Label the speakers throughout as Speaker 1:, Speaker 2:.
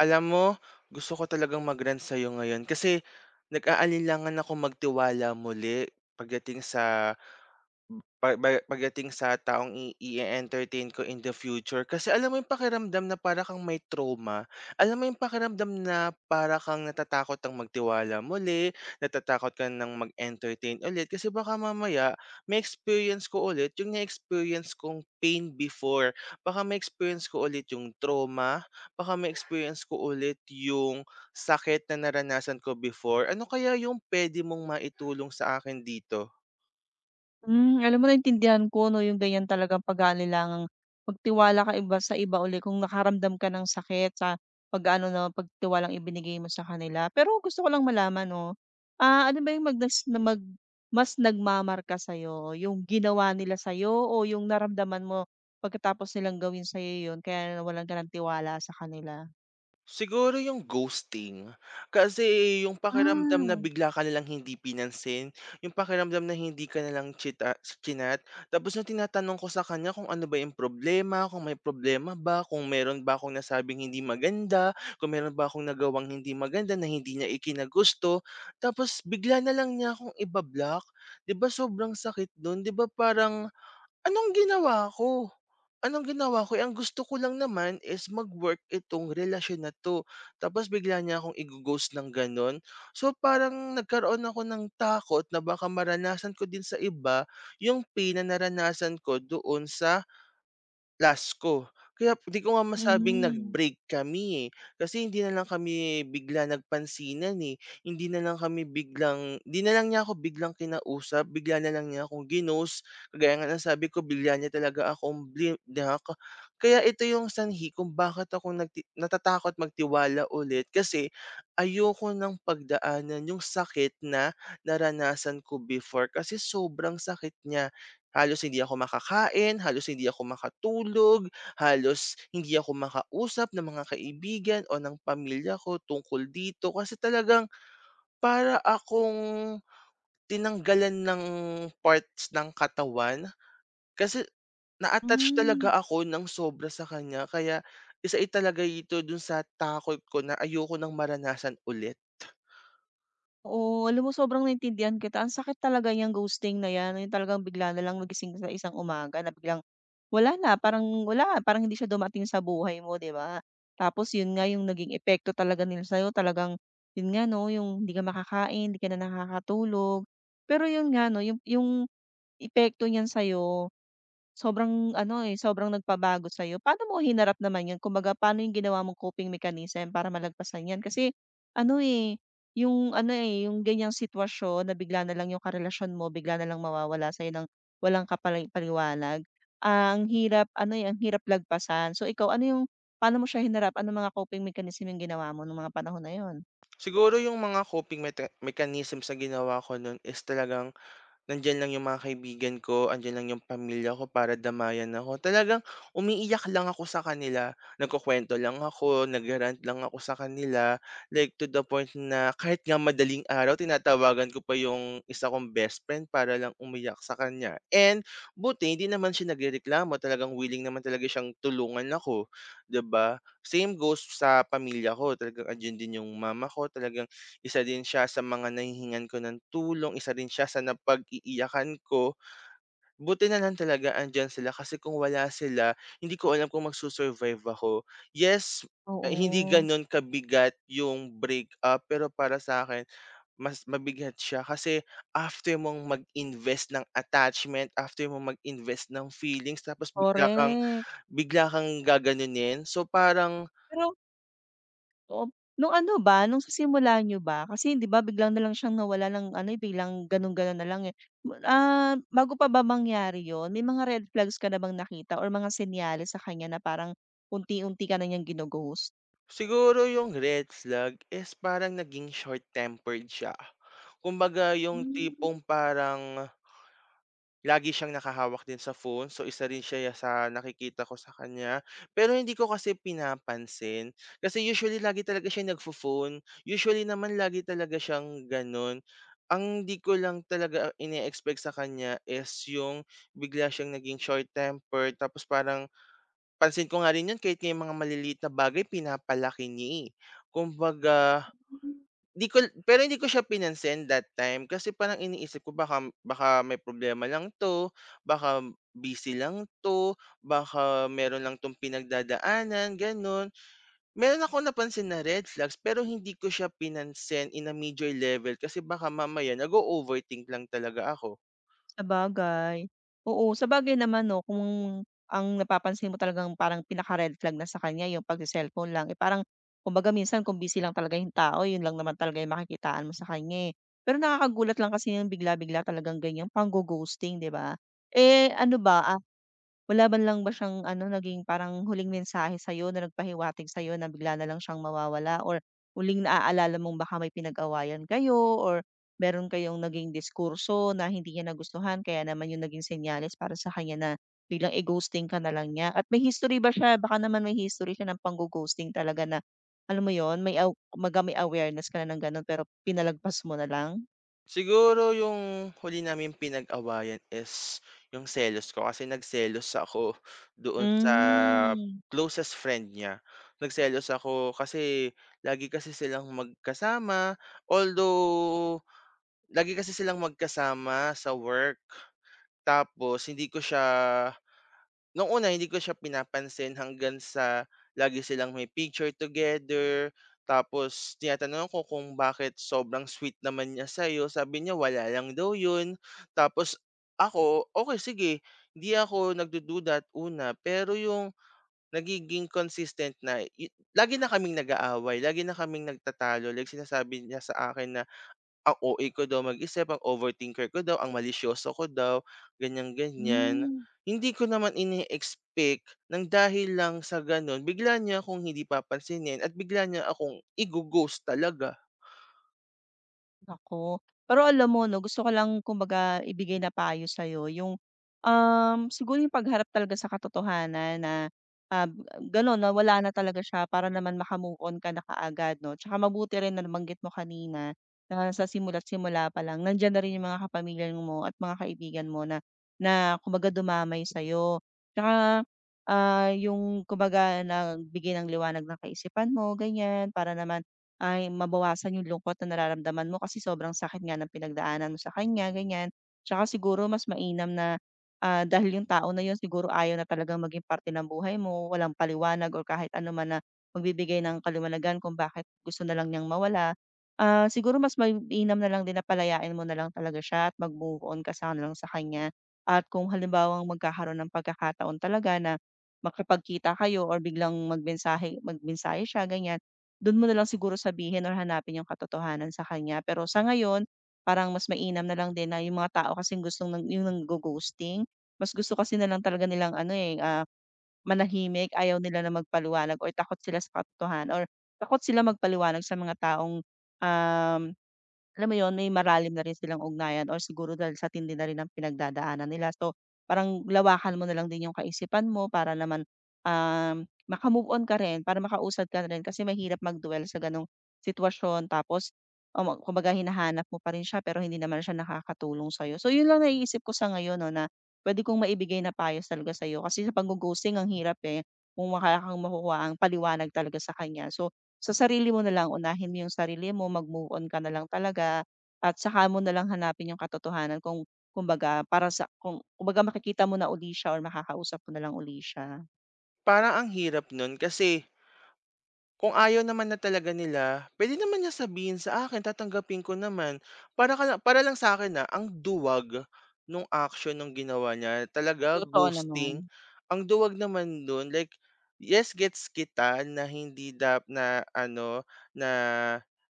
Speaker 1: Alam mo, gusto ko talagang mag-rant sa'yo ngayon kasi nag-aalinlangan ako magtiwala muli pagdating sa pa ba pagdating sa taong i entertain ko in the future kasi alam mo yung pakiramdam na para kang may trauma, alam mo yung pakiramdam na para kang natatakot ng magtiwala muli, natatakot ka ng mag-entertain ulit kasi baka mamaya ma-experience ko ulit yung na-experience kong pain before. Baka ma-experience ko ulit yung trauma, baka ma-experience ko ulit yung sakit na naranasan ko before. Ano kaya yung puwede mong maitulong sa akin dito?
Speaker 2: Alam mo naintindihan ko 'no, yung ganyan talagang pangailangang magtiwala ka iba sa iba uli kung nakaramdam ka ng sakit sa pag-aano ng pagtitiwalang ibinigay mo sa kanila. Pero gusto ko lang malaman 'no. Ano ba yung mag na mag mas nagmamarka sa'yo, yung ginawa nila sa'yo o yung naramdaman mo pagkatapos nilang gawin sa'yo yun kaya nawalan ka ng tiwala sa kanila?
Speaker 1: Siguro yung ghosting. Kasi yung pakiramdam na
Speaker 2: Ah.
Speaker 1: bigla ka nalang hindi pinansin, yung pakiramdam na hindi ka nalang chinat, tapos yung tinatanong ko sa kanya kung ano ba yung problema, kung may problema ba, kung meron ba akong nasabing hindi maganda, kung meron ba akong nagawang hindi maganda na hindi niya ikinagusto, tapos bigla na lang niya akong ibablock. 'Di ba sobrang sakit nun? 'Di ba parang anong ginawa ko? Anong ginawa ko, eh, ang gusto ko lang naman is mag-work itong relasyon na 'to, tapos bigla niya akong igo-ghost ng gano'n. So, parang nagkaroon ako ng takot na baka maranasan ko din sa iba yung pain na naranasan ko doon sa last ko. Kaya di ko nga masabing
Speaker 2: Mhm.
Speaker 1: nag-break kami, eh, kasi hindi na lang kami bigla nagpansinan, eh. Hindi na lang kami biglang hindi na lang niya ako biglang kinausap, bigla na lang niya akong ginost. Kagaya nga ng sabi ko bigla niya talaga akong blin na kaya ito yung sanhi kung bakit ako natatakot magtiwala ulit kasi ayoko ng pagdaanan yung sakit na naranasan ko before kasi sobrang sakit niya. Halos hindi ako makakain, halos hindi ako makatulog, halos hindi ako makausap ng mga kaibigan o ng pamilya ko tungkol dito kasi talagang para akong tinanggalan ng parts ng katawan kasi na-attach
Speaker 2: Hmm.
Speaker 1: talaga ako ng sobra sa kanya kaya isa talaga ito dun sa takot ko na ayoko ng maranasan ulit.
Speaker 2: Oo, alam mo sobrang naintindihan kita. Ang sakit talaga yung ghosting na 'yan, yung talagang bigla na lang magising sa isang umaga na biglang wala na, parang wala, parang hindi siya dumating sa buhay mo, 'di ba? Tapos 'yun nga yung naging epekto talaga nila sa'yo, talagang 'yun nga 'no, yung hindi ka makakain, hindi ka na nakakatulog. Pero 'yun nga 'no, yung epekto niyan sa'yo. Sobrang ano, eh, sobrang nagpabago sa iyo. Paano mo hinarap naman 'yun? Kumbaga paano 'yung ginawa mong coping mechanism para malagpasan 'yan? Kasi ano, eh, ano, eh, 'yung ganiyang sitwasyon na bigla na lang 'yung karelasyon mo, bigla na lang mawawala sa'yo ng walang paliwanag, ang hirap ano, eh, ang hirap lagpasan. So ikaw, ano 'yung paano mo siya hinarap? Ano mga coping mechanism 'yung ginawa mo nung mga panahon na yon?
Speaker 1: Siguro yung mga coping meta mechanisms na ginawa ko nun is talagang nandiyan lang yung mga kaibigan ko, andiyan lang yung pamilya ko para damayan ako. Talagang umiiyak lang ako sa kanila, nagkukuwento lang ako, nag-rant lang ako sa kanila, like to the point na kahit nga madaling araw, tinatawagan ko pa yung isa kong best friend para lang umiyak sa kanya. And buti, hindi naman siya nagrereklamo, talagang willing naman talaga siyang tulungan ako, 'di ba? Same goes sa pamilya ko, talagang andiyan din yung mama ko, talagang isa din siya sa mga nanghihingan ko ng tulong, isa rin siya sa napag-iiyakan ko. Buti na lang talaga andiyan sila kasi kung wala sila, hindi ko alam kung magsu-survive ako. Yes, hindi
Speaker 2: Oo.
Speaker 1: gano'n kabigat yung breakup, pero para sa akin mas mabigat siya kasi after mong mag-invest ng attachment, after mong mag-invest ng feelings tapos bigla kang
Speaker 2: Correct.
Speaker 1: bigla kang gaganunin. So, parang
Speaker 2: Pero. Oo. Nung ano ba, nung sa simula niyo ba? Kasi 'di ba biglang na lang siyang nawala ng ano, eh, biglang gano'n-gano'n na lang, eh. Bago pa ba mangyari 'yun, may mga red flags ka na bang nakita or mga senyales sa kanya na parang unti-unti ka na niyang ginu-ghost?
Speaker 1: siguro yung red flag is parang naging short-tempered siya. Kumbaga yung
Speaker 2: Hmm.
Speaker 1: tipong parang lagi siyang nakahawak din sa phone, so isa rin siya sa nakikita ko sa kanya. Pero hindi ko kasi pinapansin, kasi usually lagi talaga siya nagfo-phone, usually naman lagi talaga siyang gano'n. Ang 'di ko lang talaga ine-expect sa kanya is yung bigla siyang naging short temper tapos parang pansin ko nga rin 'yun kahit nga yung mga maliliit na bagay pinapalaki niya, eh. Kumbaga di ko pero hindi ko siya pinansin that time kasi parang iniisip ko baka baka may problema lang 'to, baka busy lang 'to, baka meron lang 'tong pinagdadaanan, gano'n. Meron akong napansin na red flags pero hindi ko siya pinansin in a major level kasi baka mamaya nag-o-overthink lang talaga ako.
Speaker 2: Sabagay. Oo, sabagay naman 'no, kung ang napapansin mo talagang parang pinaka-red flag na sa kanya yung pagse-cellphone lang, eh, parang kumbaga minsan kung busy lang talaga yung tao yun lang naman talaga yung makikitaan mo sa kanya, eh. Pero nakakagulat lang kasi yung bigla-bigla talagang ganyang panggo-ghosting, 'di ba? Eh, ano ba, wala man lang ba siyang ano, naging parang huling mensahe sa'yo na nagpahiwatig sa'yo na bigla na lang siyang mawawala or huling naaalala mong baka may pinag-awayan kayo or meron kayong naging diskurso na hindi niya nagustuhan kaya naman yung naging senyales para sa kanya na biglang i-ghosting ka na lang niya? At may history ba siya? Baka naman may history siya ng panggo-ghosting talaga na alam mo yon may aw kumbaga may awareness ka na ng gano'n pero pinalagpas mo na lang?
Speaker 1: Siguro yung huli namin pinag-awayan is yung selos ko kasi nagselos ako doon sa
Speaker 2: Hmm,
Speaker 1: closest friend niya. Nagselos ako kasi lagi kasi silang magkasama, although lagi kasi silang magkasama sa work tapos hindi ko siya nung una hindi ko siya pinapansin hanggang sa lagi silang may picture together, tapos tinatanong ko kung bakit sobrang sweet naman niya sa'yo, sabi niya wala lang daw yun. Tapos ako, okay sige, hindi ako nagdududa at una, pero yung nagiging consistent na lagi na kaming nag-aaway, lagi na kaming nagtatalo, like sinasabi niya sa akin na ang OA ko daw mag-isip, ang overthinker ko daw, ang malisyoso ko daw, ganyan-ganyan.
Speaker 2: hmm.
Speaker 1: Hindi ko naman ini-expect ng dahil lang sa gano'n, bigla niya akong hindi papansinin at bigla niya akong igo talaga.
Speaker 2: Naku. Pero alam mo 'no, gusto ko lang kumbaga ibigay na payo sa'yo yung, siguro yung pagharap talaga sa katotohanan na, ah, b- gano'n na wala na talaga siya para naman maka on ka na kaagad 'no. Tsaka mabuti rin na nabanggit mo kanina na sa simula't-simula pa lang nandiyan na rin yung mga kapamilya mo at mga kaibigan mo na na kumbaga dumamay sa'yo. Tsaka, yung kumbaga nagbigay ng liwanag ng kaisipan mo, ganyan. Para naman ay mabawasan yung lungkot na nararamdaman mo kasi sobrang sakit nga ng pinagdaanan mo sa kanya, ganyan. Tsaka siguro mas mainam na, dahil yung tao na yun siguro ayaw na talagang maging parte ng buhay mo, walang paliwanag or kahit ano man na magbibigay ng kaliwanagan kung bakit gusto na lang niyang mawala. Siguro mas mainam na lang din na palayain mo na lang talaga siya at mag-move on ka sana lang sa kanya. At kung halimbawang magkakaroon ng pagkakataon talaga na makapagkita kayo or biglang magmensahe magmensahe siya, ganyan, do'n mo na lang siguro sabihin or hanapin yung katotohanan sa kanya. Pero sa ngayon, parang mas mainam na lang din na yung mga tao kasing gustong nang yung nanggo-ghosting, mas gusto kasi na lang talaga nilang ano, eh, manahimik, ayaw nila na magpaliwanag or takot sila sa katotohanan or takot sila magpaliwanag sa mga taong, um alam mo 'yun, may maralim na rin silang ugnayan or siguro dahil sa tindi na rin ng pinagdadaanan nila. So, parang lawakan mo na lang din yung kaisipan mo para naman, maka on ka rin, para makausad ka rin kasi mahirap magduel sa gano'ng sitwasyon tapos, kumbaga hinahanap mo pa rin siya pero hindi naman siya nakakatulong sa'yo. So, 'yun lang naiisip ko sa ngayon 'no, na puwede kong maibigay na payo talaga sa'yo kasi sa panggo-ghosting ang hirap, eh, kung wala kang makukuhaang paliwanag talaga sa kanya. So, sa sarili mo na lang, unahin mo yung sarili mo, mag-move on ka na lang talaga at saka mo na lang hanapin yung katotohanan kung kumbaga para sa kung kumbaga makikita mo na uli siya or makakausap mo na lang uli siya.
Speaker 1: Parang ang hirap nun kasi kung ayaw naman na talaga nila, pwede naman niya sabihin sa akin, tatanggapin ko naman. Para ka para lang sa akin na ang duwag nung action nung ginawa niya, talaga
Speaker 2: Totoo
Speaker 1: ghosting.
Speaker 2: naman.
Speaker 1: Ang duwag naman dun, like, yes, gets kita na hindi dap na ano, na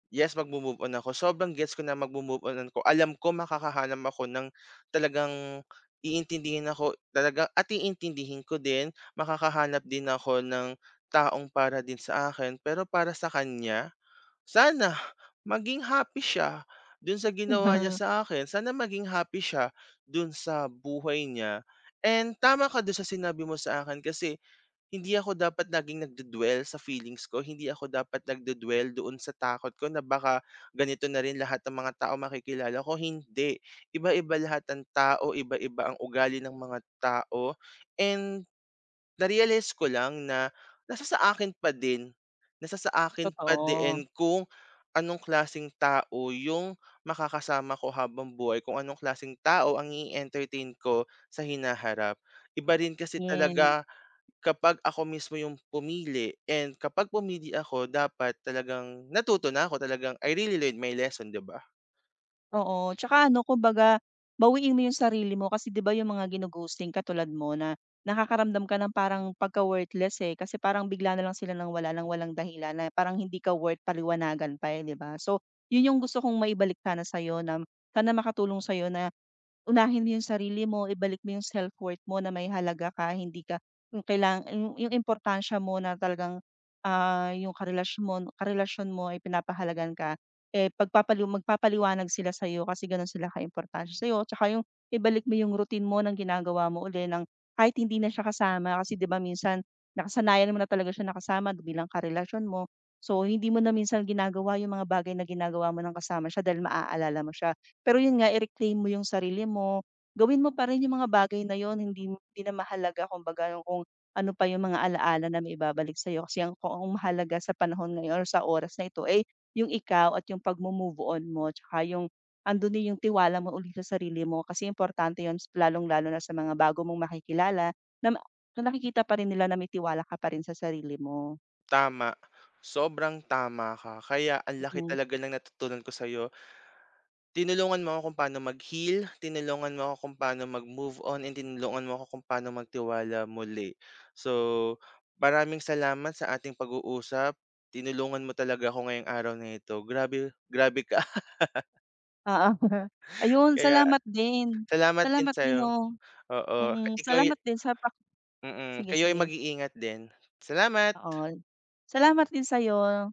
Speaker 1: yes, magmo-move on ako. Sobrang gets ko na magmo-move on ako. Alam ko makakahanap ako ng talagang iintindihin ako talagang at iintindihin ko din, makakahanap din ako ng taong para din sa akin, pero para sa kanya, sana maging happy siya dun sa ginawa niya sa akin. Sana maging happy siya dun sa buhay niya and tama ka dun sa sinabi mo sa akin kasi hindi ako dapat laging nagdu sa feelings ko. Hindi ako dapat nagdu doon sa takot ko na baka ganito na rin lahat ng mga tao makikilala ko. Hindi, iba-iba lahat ng tao, iba-iba ang ugali ng mga tao and na-realize ko lang na nasa sa akin pa din, nasa sa akin pa
Speaker 2: Totoo.
Speaker 1: din kung anong klaseng tao yung makakasama ko habang buhay, kung anong klaseng tao ang i-entertain ko sa hinaharap. Iba rin kasi
Speaker 2: Yes.
Speaker 1: talaga kapag ako mismo yung pumili and kapag pumili ako dapat talagang natuto na ako, talagang I really learned my lesson, 'di ba?
Speaker 2: Oo, tsaka ano kumbaga, bawiin mo yung sarili mo kasi 'di ba yung mga gino-ghosting katulad mo na nakakaramdam ka ng parang pagka-worthless, eh, kasi parang bigla na lang sila nang wala ng walang dahilan na parang hindi ka worth paliwanagan pa, eh, 'di ba? So, yun yung gusto kong maibalik sana sa'yo na sana makatulong sa'yo na unahin mo yung sarili mo, ibalik mo yung self-worth mo na may halaga ka, hindi ka yung kailangan yung importansya mo na talagang, yung karelasyon mo ay pinapahalagan ka, eh, magpapaliwanag sila sa'yo kasi gano'n sila ka kaimportansya sa'yo. Tsaka yung ibalik mo yung routine mo ng ginagawa mo uli ng kahit hindi na siya kasama kasi 'di ba minsan nakasanayan mo na talaga siya nakasama bilang karelasyon mo. So, hindi mo na minsan ginagawa yung mga bagay na ginagawa mo ng kasama siya dahil maaalala mo siya. Pero yun nga i-reclaim mo yung sarili mo, gawin mo pa rin yung mga bagay na yon hindi hindi na mahalaga kumbaga yung kung ano pa yung mga ala-ala na maibabalik sa'yo kasi ang kung ang mahalaga sa panahon ngayon or sa oras na ito, eh, yung ikaw at yung pag move on mo tsaka yung andun din yung tiwala mo uli sa sarili mo kasi importante yun lalong-lalo na sa mga bago mong makikilala na ma- na nakikita pa rin nila na may tiwala ka pa rin sa sarili mo.
Speaker 1: Tama, sobrang tama ka. Kaya ang laki
Speaker 2: Mm,
Speaker 1: talaga ng natutunan ko sa'yo. Tinulungan mo ako kung paano mag-heal, tinulungan mo ako kung paano mag-move on, and tinulungan mo ako kung paano magtiwala muli. So, maraming salamat sa ating pag-uusap. Tinulungan mo talaga ako ngayong araw na ito. Grabe grabe ka.
Speaker 2: oo. Ayun,
Speaker 1: Kaya
Speaker 2: salamat din.
Speaker 1: salamat din
Speaker 2: Salamat din,
Speaker 1: sa'yo.
Speaker 2: 'no.
Speaker 1: Oo,
Speaker 2: Mm, salamat din sa. Sige,
Speaker 1: kayo'y
Speaker 2: sige,
Speaker 1: mag-iingat din. Salamat.
Speaker 2: oo. Salamat din sa'yo,